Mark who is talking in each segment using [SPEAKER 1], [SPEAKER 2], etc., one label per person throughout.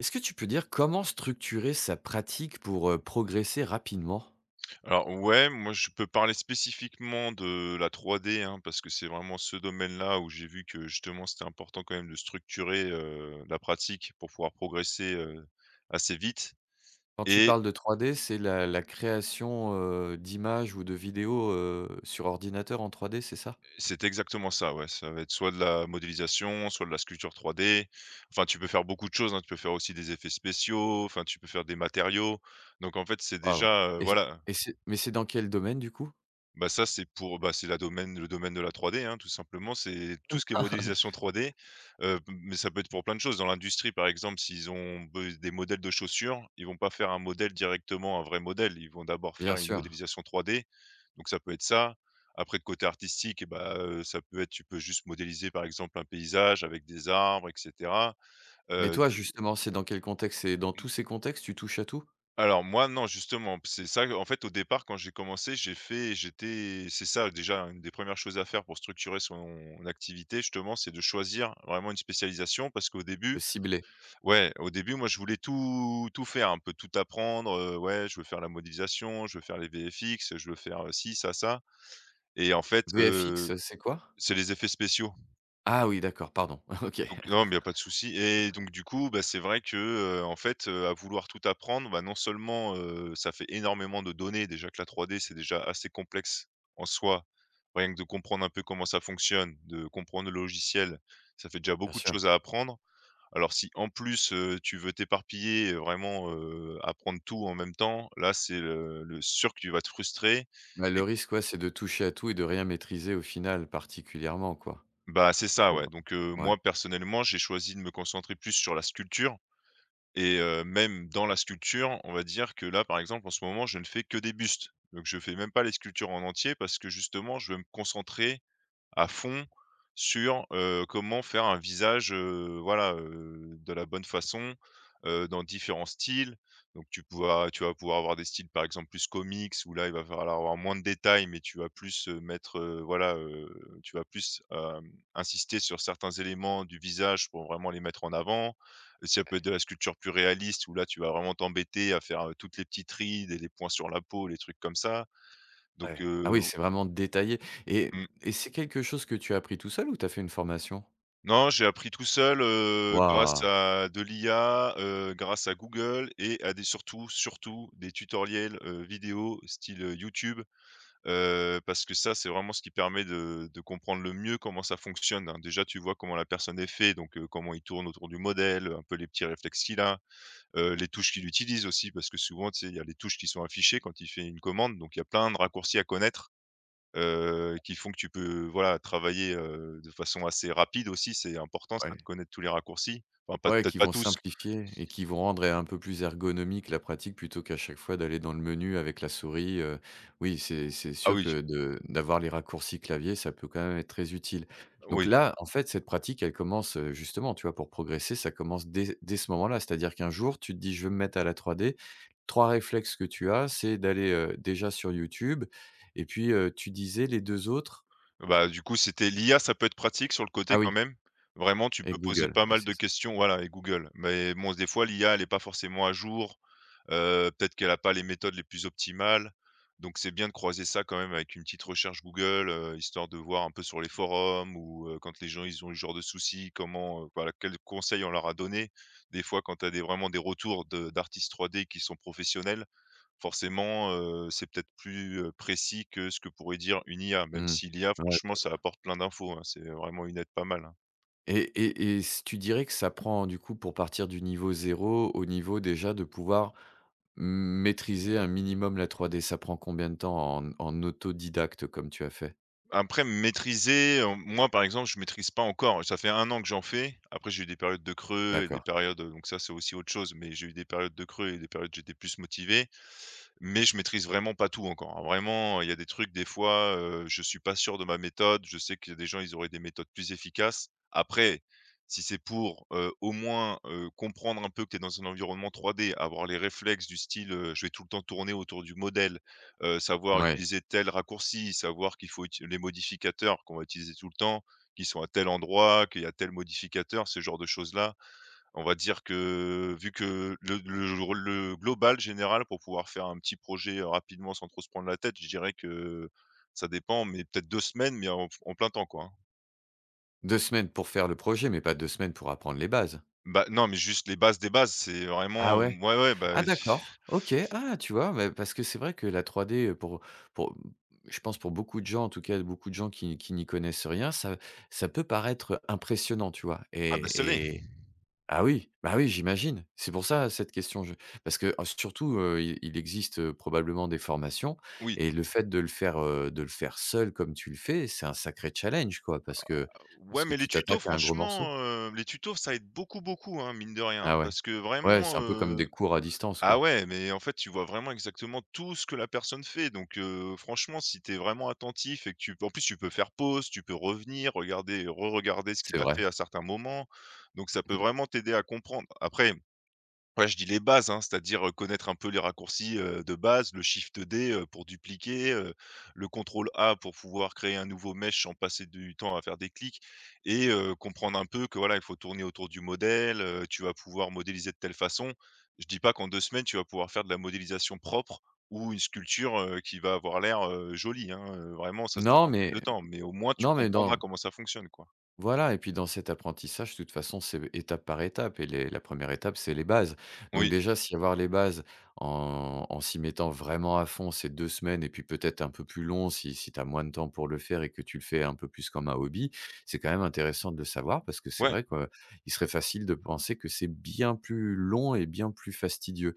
[SPEAKER 1] Est-ce que tu peux dire comment structurer sa pratique pour, progresser rapidement?
[SPEAKER 2] Alors ouais, moi je peux parler spécifiquement de la 3D, hein, parce que c'est vraiment ce domaine-là où j'ai vu que justement c'était important quand même de structurer, la pratique pour pouvoir progresser, assez vite
[SPEAKER 1] Quand tu
[SPEAKER 2] et
[SPEAKER 1] parles de 3D, c'est la création, d'images ou de vidéos, sur ordinateur en 3D, c'est ça?
[SPEAKER 2] c'est exactement ça, ouais. Ça va être soit de la modélisation, soit de la sculpture 3D. Enfin, tu peux faire beaucoup de choses, hein. Tu peux faire aussi des effets spéciaux, enfin, tu peux faire des matériaux. Donc en fait, c'est
[SPEAKER 1] Waouh,
[SPEAKER 2] déjà,
[SPEAKER 1] et c'est
[SPEAKER 2] voilà.
[SPEAKER 1] et c'est mais c'est dans quel domaine du coup?
[SPEAKER 2] Bah, ça, c'est pour bah, c'est la domaine le domaine de la 3D, hein, tout simplement. C'est tout ce qui est modélisation 3D, mais ça peut être pour plein de choses. Dans l'industrie, par exemple, s'ils ont be des modèles de chaussures, ils vont pas faire un modèle directement, un vrai modèle. Ils vont d'abord faire
[SPEAKER 1] Bien
[SPEAKER 2] une
[SPEAKER 1] sûr.
[SPEAKER 2] modélisation 3D, donc ça peut être ça. Après, côté artistique et bah, ça peut être tu peux juste modéliser, par exemple, un paysage avec des arbres et cetera,
[SPEAKER 1] Mais
[SPEAKER 2] heu,
[SPEAKER 1] toi justement, c'est dans quel contexte? C'est dans tous ces contextes, tu touches à tout?
[SPEAKER 2] alors moi non, justement, c'est ça, en fait, au départ, quand j'ai commencé, j'étais c'est ça déjà une des premières choses à faire pour structurer son activité justement, c'est de choisir vraiment une spécialisation parce qu'au début
[SPEAKER 1] Ciblé.
[SPEAKER 2] ouais, au début, moi, je voulais tout faire, un peu tout apprendre, ouais, je veux faire la modélisation, je veux faire les VFX, je veux faire, ci, ça et en fait,
[SPEAKER 1] VFX, c'est quoi?
[SPEAKER 2] c'est les effets spéciaux.
[SPEAKER 1] Ah oui, d'accord, pardon. OK.
[SPEAKER 2] Donc non, mais il y a pas de souci et donc du coup, bah, c'est vrai que, en fait, à vouloir tout apprendre, bah, non seulement, ça fait énormément de données, déjà que la trois d c'est déjà assez complexe en soi. Rien que de comprendre un peu comment ça fonctionne, de comprendre le logiciel, ça fait déjà
[SPEAKER 1] Bien
[SPEAKER 2] beaucoup de
[SPEAKER 1] sûr.
[SPEAKER 2] choses à apprendre. Alors si en plus, tu veux t'éparpiller, vraiment, apprendre tout en même temps, là, c'est le sûr que tu vas te frustrer
[SPEAKER 1] Bah,
[SPEAKER 2] et
[SPEAKER 1] le risque, ouais, c'est de toucher à tout et de rien maîtriser au final particulièrement quoi.
[SPEAKER 2] bah, c'est ça,
[SPEAKER 1] Euh,
[SPEAKER 2] ouais. Donc
[SPEAKER 1] Ouais.
[SPEAKER 2] moi personnellement, j'ai choisi de me concentrer plus sur la sculpture. Et même dans la sculpture, on va dire que là, par exemple, en ce moment, je ne fais que des bustes. Donc je fais même pas les sculptures en entier parce que justement, je veux me concentrer à fond sur, comment faire un visage, voilà, de la bonne façon, dans différents styles. Donc tu vas pouvoir avoir des styles, par exemple, plus comics où là, il va falloir avoir moins de détails, mais tu vas plus, mettre, voilà, tu vas plus, insister sur certains éléments du visage pour vraiment les mettre en avant. Si ça peut être de la sculpture plus réaliste où là, tu vas vraiment t'embêter à faire, toutes les petites rides et les points sur la peau, les trucs comme ça. Donc
[SPEAKER 1] Ouais. Ah oui, c'est vraiment détaillé. et
[SPEAKER 2] mmh.
[SPEAKER 1] et c'est quelque chose que tu as appris tout seul ou tu as fait une formation?
[SPEAKER 2] Non, j'ai appris tout seul, grâce
[SPEAKER 1] Waouh!
[SPEAKER 2] à de l'IA, grâce à Google et à surtout des tutoriels, vidéo style, YouTube, parce que ça, c'est vraiment ce qui permet de comprendre le mieux comment ça fonctionne, hein. Déjà, tu vois comment la personne est fait, donc comment il tourne autour du modèle, un peu les petits réflexes qu'il a, les touches qu'il utilise aussi parce que souvent, tu sais, il y a les touches qui sont affichées quand il fait une commande, donc il y a plein de raccourcis à connaître, qui font que tu peux, voilà, travailler, de façon assez rapide aussi. C'est important ça de
[SPEAKER 1] Ouais.
[SPEAKER 2] connaître tous les raccourcis. Enfin, pas
[SPEAKER 1] Ouais,
[SPEAKER 2] peut-être
[SPEAKER 1] qui
[SPEAKER 2] pas
[SPEAKER 1] vont
[SPEAKER 2] tous.
[SPEAKER 1] simplifier et qui vont rendre un peu plus ergonomique la pratique plutôt qu'à chaque fois d'aller dans le menu avec la souris, oui, c'est
[SPEAKER 2] Ah
[SPEAKER 1] sûr
[SPEAKER 2] oui,
[SPEAKER 1] que de d'avoir les raccourcis clavier, ça peut quand même être très utile. Donc
[SPEAKER 2] oui.
[SPEAKER 1] là, en fait, cette pratique, elle commence, justement, tu vois, pour progresser, ça commence dès ce moment-là. C'est-à-dire qu'un jour, tu te dis: «Je veux me mettre à la 3D». 3 réflexes que tu as, c'est d'aller, déjà sur YouTube et puis, tu disais les 2 autres?
[SPEAKER 2] Bah, du coup, c'était l'IA, ça peut être pratique sur le côté
[SPEAKER 1] Ah
[SPEAKER 2] quand
[SPEAKER 1] oui,
[SPEAKER 2] même. Vraiment, tu
[SPEAKER 1] et
[SPEAKER 2] peux poser
[SPEAKER 1] Google,
[SPEAKER 2] pas
[SPEAKER 1] ouais,
[SPEAKER 2] mal de
[SPEAKER 1] c'est ça.
[SPEAKER 2] questions, voilà et Google. Mais bon, des fois, l'IA, elle est pas forcément à jour, peut-être qu'elle a pas les méthodes les plus optimales, donc c'est bien de croiser ça quand même avec une petite recherche Google, histoire de voir un peu sur les forums ou, quand les gens, ils ont eu ce genre de soucis, comment, voilà, quels conseils on leur a donné. Des fois, quand tu as des vraiment des retours de d'artistes 3D qui sont professionnels, forcément, c'est peut-être plus, précis que ce que pourrait dire une IA, même
[SPEAKER 1] Mmh.
[SPEAKER 2] si l'IA
[SPEAKER 1] Ouais.
[SPEAKER 2] franchement ça apporte plein d'infos, hein, c'est vraiment une aide pas mal, hein.
[SPEAKER 1] S tu dirais que ça prend, du coup, pour partir du niveau zéro au niveau déjà de pouvoir maîtriser un minimum la 3D, ça prend combien de temps en autodidacte comme tu as fait?
[SPEAKER 2] Après maîtriser, moi par exemple je maîtrise pas encore, ça fait un an que j'en fais. Après j'ai eu des périodes de creux et des
[SPEAKER 1] D'accord.
[SPEAKER 2] périodes, donc ça c'est aussi autre chose, mais j'ai eu des périodes de creux et des périodes où j'étais plus motivé. Mais je maîtrise vraiment pas tout encore, hein. Vraiment, il y a des trucs des fois, je suis pas sûr de ma méthode. Je sais qu'il y a des gens, ils auraient des méthodes plus efficaces. Après, si c'est pour, au moins, comprendre un peu que tu es dans un environnement 3D, avoir les réflexes du style, je vais tout le temps tourner autour du modèle, savoir
[SPEAKER 1] Ouais,
[SPEAKER 2] utiliser tel raccourci, savoir qu'il faut uti les modificateurs qu'on va utiliser tout le temps, qu'ils sont à tel endroit, qu'il y a tel modificateur, ce genre de choses-là. On va dire que vu que le global général pour pouvoir faire un petit projet, rapidement sans trop se prendre la tête, je dirais que ça dépend, mais peut-être 2 semaines, mais en plein temps, quoi, hein.
[SPEAKER 1] deux semaines pour faire le projet, mais pas 2 semaines pour apprendre les bases?
[SPEAKER 2] Bah, non, mais juste les bases des bases, c'est
[SPEAKER 1] Ah
[SPEAKER 2] vraiment,
[SPEAKER 1] ouais?
[SPEAKER 2] ouais, ouais, bah,
[SPEAKER 1] Ah d'accord, OK. Ah, tu vois? Mais parce que c'est vrai que la 3D, pour je pense pour beaucoup de gens, en tout cas beaucoup de gens qui n'y connaissent rien, ça peut paraître impressionnant, tu vois?
[SPEAKER 2] ah, bah, ça l'est,
[SPEAKER 1] Et ah oui, bah oui, j'imagine. C'est pour ça, cette question, je parce que, surtout, il existe, probablement des formations
[SPEAKER 2] oui.
[SPEAKER 1] et le fait de le faire seul comme tu le fais, c'est un sacré challenge, quoi, parce que
[SPEAKER 2] Ouais,
[SPEAKER 1] parce que
[SPEAKER 2] mais les
[SPEAKER 1] tu
[SPEAKER 2] tutos
[SPEAKER 1] t'attaques à un gros morceau.
[SPEAKER 2] franchement, les tutos ça aide beaucoup, beaucoup, hein, mine de rien,
[SPEAKER 1] Ah ouais.
[SPEAKER 2] parce que
[SPEAKER 1] Ouais,
[SPEAKER 2] vraiment,
[SPEAKER 1] c'est un peu comme des cours à distance,
[SPEAKER 2] ah
[SPEAKER 1] quoi.
[SPEAKER 2] ouais, mais en fait, tu vois vraiment exactement tout ce que la personne fait. Donc, franchement, si tu es vraiment attentif et que tu en plus, tu peux faire pause, tu peux revenir, regarder, re-regarder ce qu'il
[SPEAKER 1] C'est
[SPEAKER 2] a
[SPEAKER 1] vrai.
[SPEAKER 2] fait à certains moments. Donc ça peut vraiment t'aider à comprendre. Après ouais, je dis les bases, hein, c'est-à-dire, connaître un peu les raccourcis, de base, le shift D, pour dupliquer, le contrôle A pour pouvoir créer un nouveau mesh sans passer du temps à faire des clics et comprendre un peu que, voilà, il faut tourner autour du modèle, tu vas pouvoir modéliser de telle façon. Je dis pas qu'en 2 semaines, tu vas pouvoir faire de la modélisation propre ou une sculpture, qui va avoir l'air, jolie, hein, vraiment ça, ça
[SPEAKER 1] Non,
[SPEAKER 2] prend plus
[SPEAKER 1] mais
[SPEAKER 2] de temps, mais au moins tu
[SPEAKER 1] non, mais
[SPEAKER 2] comprendras
[SPEAKER 1] dans
[SPEAKER 2] comment ça fonctionne, quoi.
[SPEAKER 1] Voilà, et puis dans cet apprentissage, de toute façon, c'est étape par étape et les la première étape, c'est les bases. Donc
[SPEAKER 2] Oui,
[SPEAKER 1] déjà, s'il avoir les bases en s'y mettant vraiment à fond ces 2 semaines et puis peut-être un peu plus long si tu as moins de temps pour le faire et que tu le fais un peu plus comme un hobby, c'est quand même intéressant de le savoir parce que c'est
[SPEAKER 2] ouais,
[SPEAKER 1] vrai qu'il serait facile de penser que c'est bien plus long et bien plus fastidieux.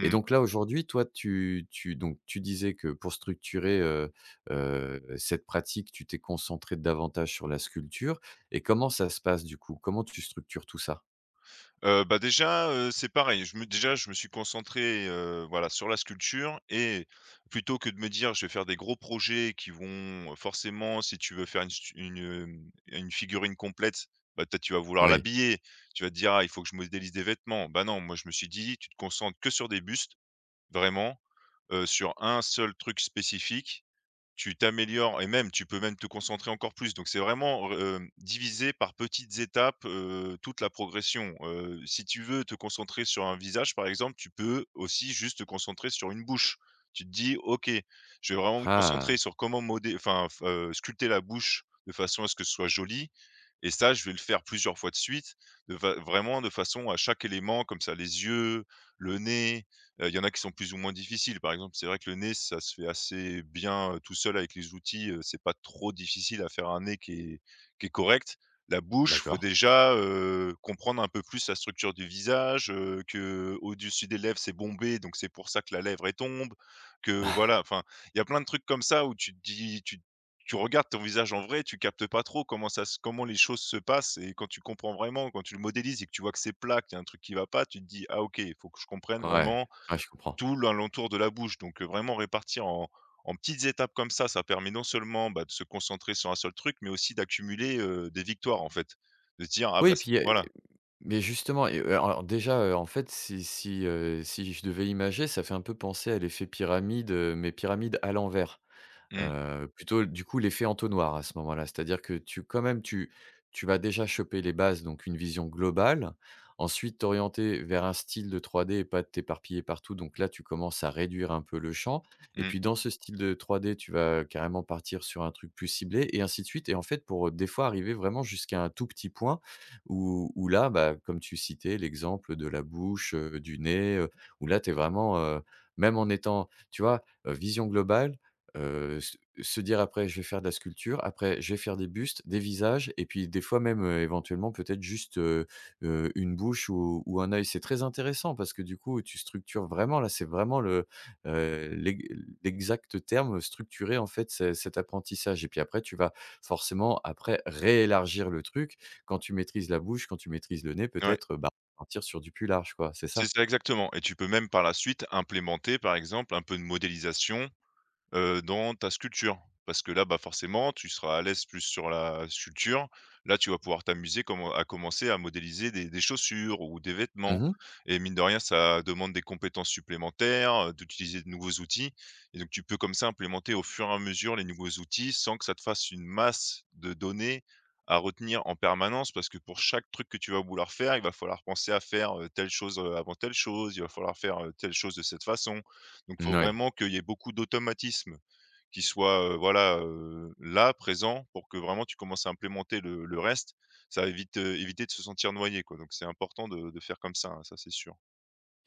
[SPEAKER 1] Et donc là, aujourd'hui, toi, tu tu donc tu disais que pour structurer, cette pratique, tu t'es concentré davantage sur la sculpture. Et comment ça se passe du coup? Comment tu structures tout ça?
[SPEAKER 2] Bah, déjà, c'est pareil. Je me suis concentré, voilà, sur la sculpture et plutôt que de me dire: «Je vais faire des gros projets qui vont», forcément, si tu veux faire une stu une, hem, une figurine complète, bah, peut-être tu vas vouloir
[SPEAKER 1] Oui.
[SPEAKER 2] l'habiller. Tu vas te dire: «Ah, il faut que je modélise des vêtements». Bah, non, moi, je me suis dit: «Tu te concentres que sur des bustes, vraiment, sur un seul truc spécifique, tu t'améliores et même tu peux même te concentrer encore plus. Donc c'est vraiment, diviser par petites étapes, toute la progression. Si tu veux te concentrer sur un visage, par exemple, tu peux aussi juste te concentrer sur une bouche. Tu te dis: «OK, je vais vraiment me concentrer
[SPEAKER 1] Ah!
[SPEAKER 2] sur comment modé enfin, f sculpter la bouche de façon à ce que ce soit joli et ça, je vais le faire plusieurs fois de suite, de va vraiment de façon à chaque élément comme ça, les yeux, le nez. Il y en a qui sont plus ou moins difficiles. Par exemple, c'est vrai que le nez, ça se fait assez bien, tout seul avec les outils, c'est pas trop difficile à faire un nez qui est correct. La bouche, faut
[SPEAKER 1] D'accord.
[SPEAKER 2] déjà, comprendre un peu plus la structure du visage, que au dessus des lèvres, c'est bombé, donc c'est pour ça que la lèvre, elle tombe, que voilà, enfin, il y a plein de trucs comme ça où tu te dis tu tu regardes ton visage en vrai, tu captes pas trop comment les choses se passent et quand tu comprends vraiment, quand tu le modélises et que tu vois que c'est plat, qu'il y a un truc qui va pas, tu te dis: «Ah OK, il faut que je comprenne
[SPEAKER 1] Ouais.
[SPEAKER 2] vraiment»
[SPEAKER 1] Ouais, je comprends.
[SPEAKER 2] tout l'alentour de la bouche. Donc, vraiment répartir en petites étapes comme ça permet non seulement, bah, de se concentrer sur un seul truc, mais aussi d'accumuler, des victoires, en fait. De se dire: «Ah
[SPEAKER 1] Oui
[SPEAKER 2] bah,
[SPEAKER 1] et
[SPEAKER 2] c»
[SPEAKER 1] puis, heu,
[SPEAKER 2] voilà.
[SPEAKER 1] mais justement, alors déjà, en fait, si je devais imager, ça fait un peu penser à l'effet pyramide, mais pyramide à l'envers.
[SPEAKER 2] Mmh,
[SPEAKER 1] Plutôt du coup l'effet entonnoir à ce moment-là. C'est-à-dire que tu quand même tu tu vas déjà choper les bases, donc une vision globale. Ensuite t'orienter vers un style de 3D et pas t'éparpiller partout, donc là tu commences à réduire un peu le champ et
[SPEAKER 2] mmh,
[SPEAKER 1] puis dans ce style de 3D, tu vas carrément partir sur un truc plus ciblé et ainsi de suite et en fait pour, des fois arriver vraiment jusqu'à un tout petit point où là, bah, comme tu citais l'exemple de la bouche, du nez, où là tu es vraiment, même en étant tu vois, vision globale, Se dire après: «Je vais faire de la sculpture», après: «Je vais faire des bustes, des visages» et puis des fois même, éventuellement peut-être juste, une bouche ou un œil. C'est très intéressant parce que du coup, tu structures vraiment là, c'est vraiment le, heu, l'e l'exact terme, structurer en fait ce cet apprentissage et puis après tu vas forcément après réélargir le truc. Quand tu maîtrises la bouche, quand tu maîtrises le nez
[SPEAKER 2] ouais,
[SPEAKER 1] peut-être, bah, partir sur du plus large quoi, c'est
[SPEAKER 2] c'est
[SPEAKER 1] ça?
[SPEAKER 2] ça exactement et tu peux même par la suite implémenter, par exemple, un peu de modélisation dans ta sculpture. Parce que là, bah, forcément, tu seras à l'aise plus sur la sculpture. Là, tu vas pouvoir t'amuser comme à commencer à modéliser des chaussures ou des vêtements
[SPEAKER 1] Mmh mh.
[SPEAKER 2] et mine de rien, ça demande des compétences supplémentaires, d'utiliser de nouveaux outils et donc tu peux comme ça implémenter au fur et à mesure les nouveaux outils sans que ça te fasse une masse de données à retenir en permanence. Parce que pour chaque truc que tu vas vouloir faire, il va falloir penser à faire, telle chose, avant telle chose, il va falloir faire, telle chose de cette façon. Donc il faut vraiment qu'il y ait beaucoup d'automatismes qui soient, voilà, là, présents pour que vraiment tu commences à implémenter le reste. Ça évite, éviter de se sentir noyé, quoi. Donc c'est important de faire comme ça, hein, ça c'est sûr.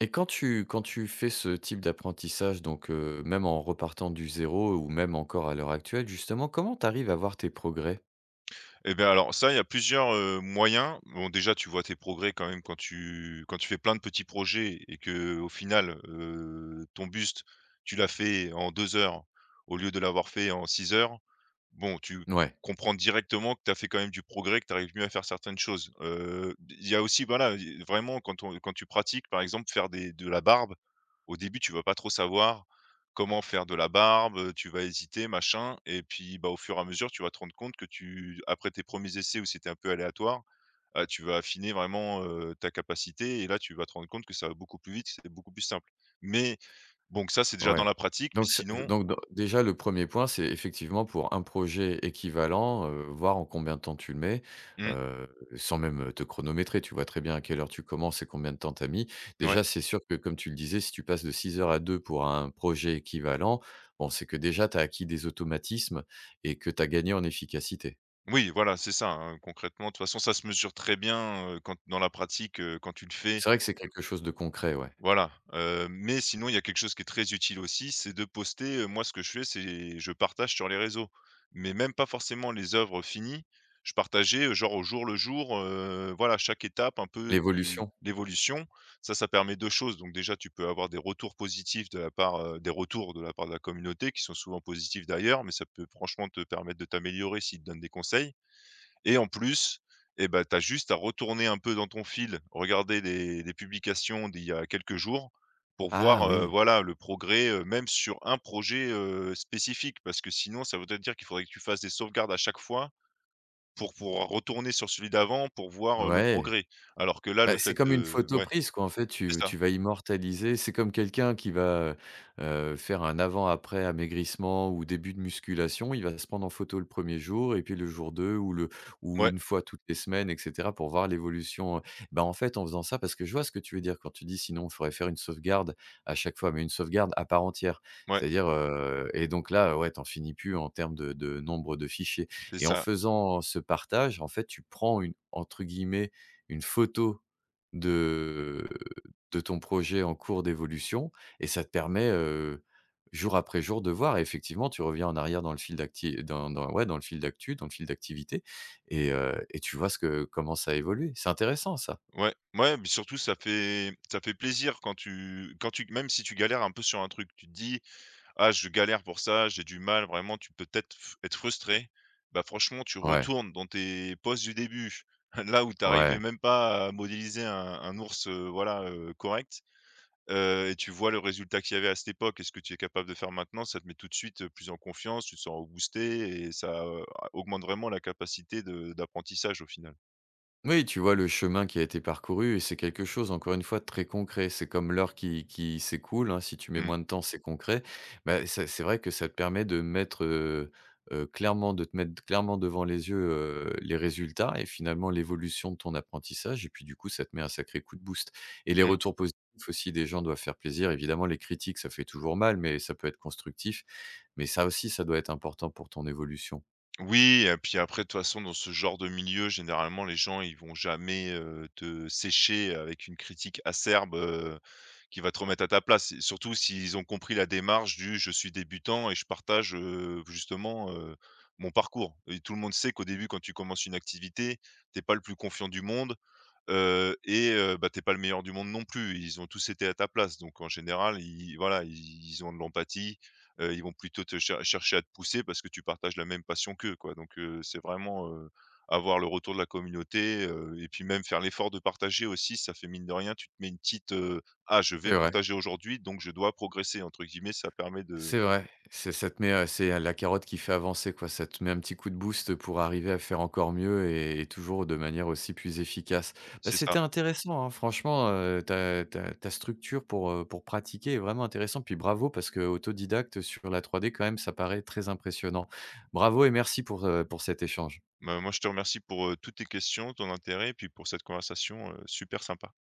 [SPEAKER 1] Et quand tu fais ce type d'apprentissage, donc même en repartant du zéro ou même encore à l'heure actuelle justement, comment tu arrives à voir tes progrès?
[SPEAKER 2] Eh bien, alors ça, il y a plusieurs, moyens. Bon, déjà, tu vois tes progrès quand même quand tu fais plein de petits projets et que, au final, ton buste, tu l'as fait en 2 heures au lieu de l'avoir fait en 6 heures. Bon, tu
[SPEAKER 1] Ouais,
[SPEAKER 2] comprends directement que tu as fait quand même du progrès, que tu arrives mieux à faire certaines choses. Il y a aussi, voilà, i vraiment quand on quand tu pratiques, par exemple, faire des de la barbe, au début, tu vas pas trop savoir comment faire de la barbe, tu vas hésiter, machin et puis, bah, au fur et à mesure, tu vas te rendre compte que tu après tes premiers essais où c'était un peu aléatoire, tu vas affiner vraiment, ta capacité et là, tu vas te rendre compte que ça va beaucoup plus vite, que c'est beaucoup plus simple. Mais bon, que ça, c'est déjà dans
[SPEAKER 1] ouais.
[SPEAKER 2] la pratique, mais
[SPEAKER 1] Donc c'est
[SPEAKER 2] sinon
[SPEAKER 1] donc dans déjà le premier point, c'est effectivement pour un projet équivalent, voir en combien de temps tu le mets,
[SPEAKER 2] mmh,
[SPEAKER 1] heu, sans même, te chronométrer. Tu vois très bien à quelle heure tu commences et combien de temps tu as mis.
[SPEAKER 2] ouais.
[SPEAKER 1] Déjà, c'est sûr que comme tu le disais, si tu passes de 6 heures à 2 pour un projet équivalent, bon, c'est que déjà tu as acquis des automatismes et que tu as gagné en efficacité.
[SPEAKER 2] Oui, voilà, c'est ça, hein, concrètement. De toute façon, ça se mesure très bien, quand dans la pratique, quand tu le fais,
[SPEAKER 1] C'est vrai que c'est quelque chose de concret, ouais.
[SPEAKER 2] voilà. Mais sinon, il y a quelque chose qui est très utile aussi, c'est de poster, moi, ce que je fais, c'est je partage sur les réseaux, mais même pas forcément les œuvres finies. Je partageais, genre au jour le jour, voilà, chaque étape un peu du
[SPEAKER 1] L'évolution.
[SPEAKER 2] l'évolution. Ça permet 2 choses, donc déjà, tu peux avoir des retours positifs de la part, des retours de la part de la communauté qui sont souvent positifs d'ailleurs, mais ça peut franchement te permettre de t'améliorer s'ils te donnent des conseils et en plus, et ben, tu as juste à retourner un peu dans ton fil, regarder les publications d'il y a quelques jours pour
[SPEAKER 1] Ah
[SPEAKER 2] voir,
[SPEAKER 1] oui!
[SPEAKER 2] voilà, le progrès, même sur un projet, spécifique. Parce que sinon, ça voudrait dire qu'il faudrait que tu fasses des sauvegardes à chaque fois pour pouvoir retourner sur celui d'avant pour voir, le
[SPEAKER 1] Ouais.
[SPEAKER 2] progrès. Alors que là,
[SPEAKER 1] Bah,
[SPEAKER 2] le
[SPEAKER 1] c'est
[SPEAKER 2] fait
[SPEAKER 1] comme une
[SPEAKER 2] de
[SPEAKER 1] photo
[SPEAKER 2] ouais,
[SPEAKER 1] prise quoi, en fait,
[SPEAKER 2] c'est
[SPEAKER 1] tu
[SPEAKER 2] ça.
[SPEAKER 1] tu vas immortaliser. C'est comme quelqu'un qui va, faire un avant-après amaigrissement ou début de musculation. Il va se prendre en photo le premier jour et puis le jour 2 ou le ou
[SPEAKER 2] Ouais,
[SPEAKER 1] une fois toutes les semaines et cetera pour voir l'évolution, bah, en fait, en faisant ça parce que je vois ce que tu veux dire quand tu dis: «Sinon, il faudrait faire une sauvegarde à chaque fois», mais une sauvegarde à part entière.
[SPEAKER 2] ouais,
[SPEAKER 1] C'est-à-dire, et donc là, ouais, t'en finis plus en termes de nombre de fichiers
[SPEAKER 2] c'est
[SPEAKER 1] et en
[SPEAKER 2] ça.
[SPEAKER 1] faisant ce partage, en fait, tu prends une entre guillemets «une photo» de de ton projet en cours d'évolution et ça te permet, jour après jour de voir et effectivement tu reviens en arrière dans le fil d'actu, dans le fil d'activité et tu vois ce que comment ça a évolué. C'est intéressant ça.
[SPEAKER 2] Ouais, ouais, mais surtout ça fait plaisir quand tu même si tu galères un peu sur un truc, tu te dis: Ah, je galère pour ça, j'ai du mal, vraiment, tu peux peut-être f être frustré. Bah, franchement, tu
[SPEAKER 1] Ouais,
[SPEAKER 2] retournes dans tes postes du début, là où tu
[SPEAKER 1] ouais.
[SPEAKER 2] arrivais même pas à modéliser un ours, voilà, correct, et tu vois le résultat qu'il y avait à cette époque et ce que tu es capable de faire maintenant, ça te met tout de suite, plus en confiance, tu te sens boosté et ça, augmente vraiment la capacité de d'apprentissage au final.
[SPEAKER 1] Oui, tu vois le chemin qui a été parcouru et c'est quelque chose, encore une fois, de très concret. C'est comme l'heure qui s'écoule, hein, si tu mets
[SPEAKER 2] Mmh
[SPEAKER 1] moins de
[SPEAKER 2] mh.
[SPEAKER 1] temps, c'est concret. Bah, ça c'est vrai que ça te permet de mettre, clairement de te mettre clairement devant les yeux, les résultats et finalement l'évolution de ton apprentissage et puis, du coup, ça te met un sacré coup de boost et les retours positifs aussi des gens doivent faire plaisir. Évidemment, les critiques, ça fait toujours mal, mais ça peut être constructif, mais ça aussi, ça doit être important pour ton évolution.
[SPEAKER 2] Oui et puis après, de toute façon, dans ce genre de milieu, généralement, les gens, ils vont jamais, te sécher avec une critique acerbe, qui va te remettre à ta place. Et surtout s'ils ont compris la démarche du: «Je suis débutant et je partage, justement, mon parcours» et tout le monde sait qu'au début, quand tu commences une activité, t'es pas le plus confiant du monde. Et bah, tu pas le meilleur du monde non plus. Ils ont tous été à ta place donc en général, ils voilà, ils ont de l'empathie, ils vont plutôt te cher chercher à te pousser parce que tu partages la même passion qu'eux, quoi donc c'est vraiment, avoir le retour de la communauté, et puis même faire l'effort de partager aussi, ça fait mine de rien, tu te mets une petite, «Ah je vais
[SPEAKER 1] C'est vrai.
[SPEAKER 2] partager aujourd'hui donc je dois progresser» entre guillemets, ça permet de
[SPEAKER 1] C'est vrai, c'est ça te met, c'est la carotte qui fait avancer, quoi. Ça te met un petit coup de boost pour arriver à faire encore mieux et toujours de manière aussi plus efficace. Bah,
[SPEAKER 2] c'est ça.
[SPEAKER 1] c'était intéressant, hein, franchement, ta structure pour pratiquer est vraiment intéressante. Puis bravo parce que autodidacte sur la 3D quand même, ça paraît très impressionnant. Bravo et merci pour cet échange.
[SPEAKER 2] Bah, moi je te remercie pour, toutes tes questions, ton intérêt et puis pour cette conversation, super sympa.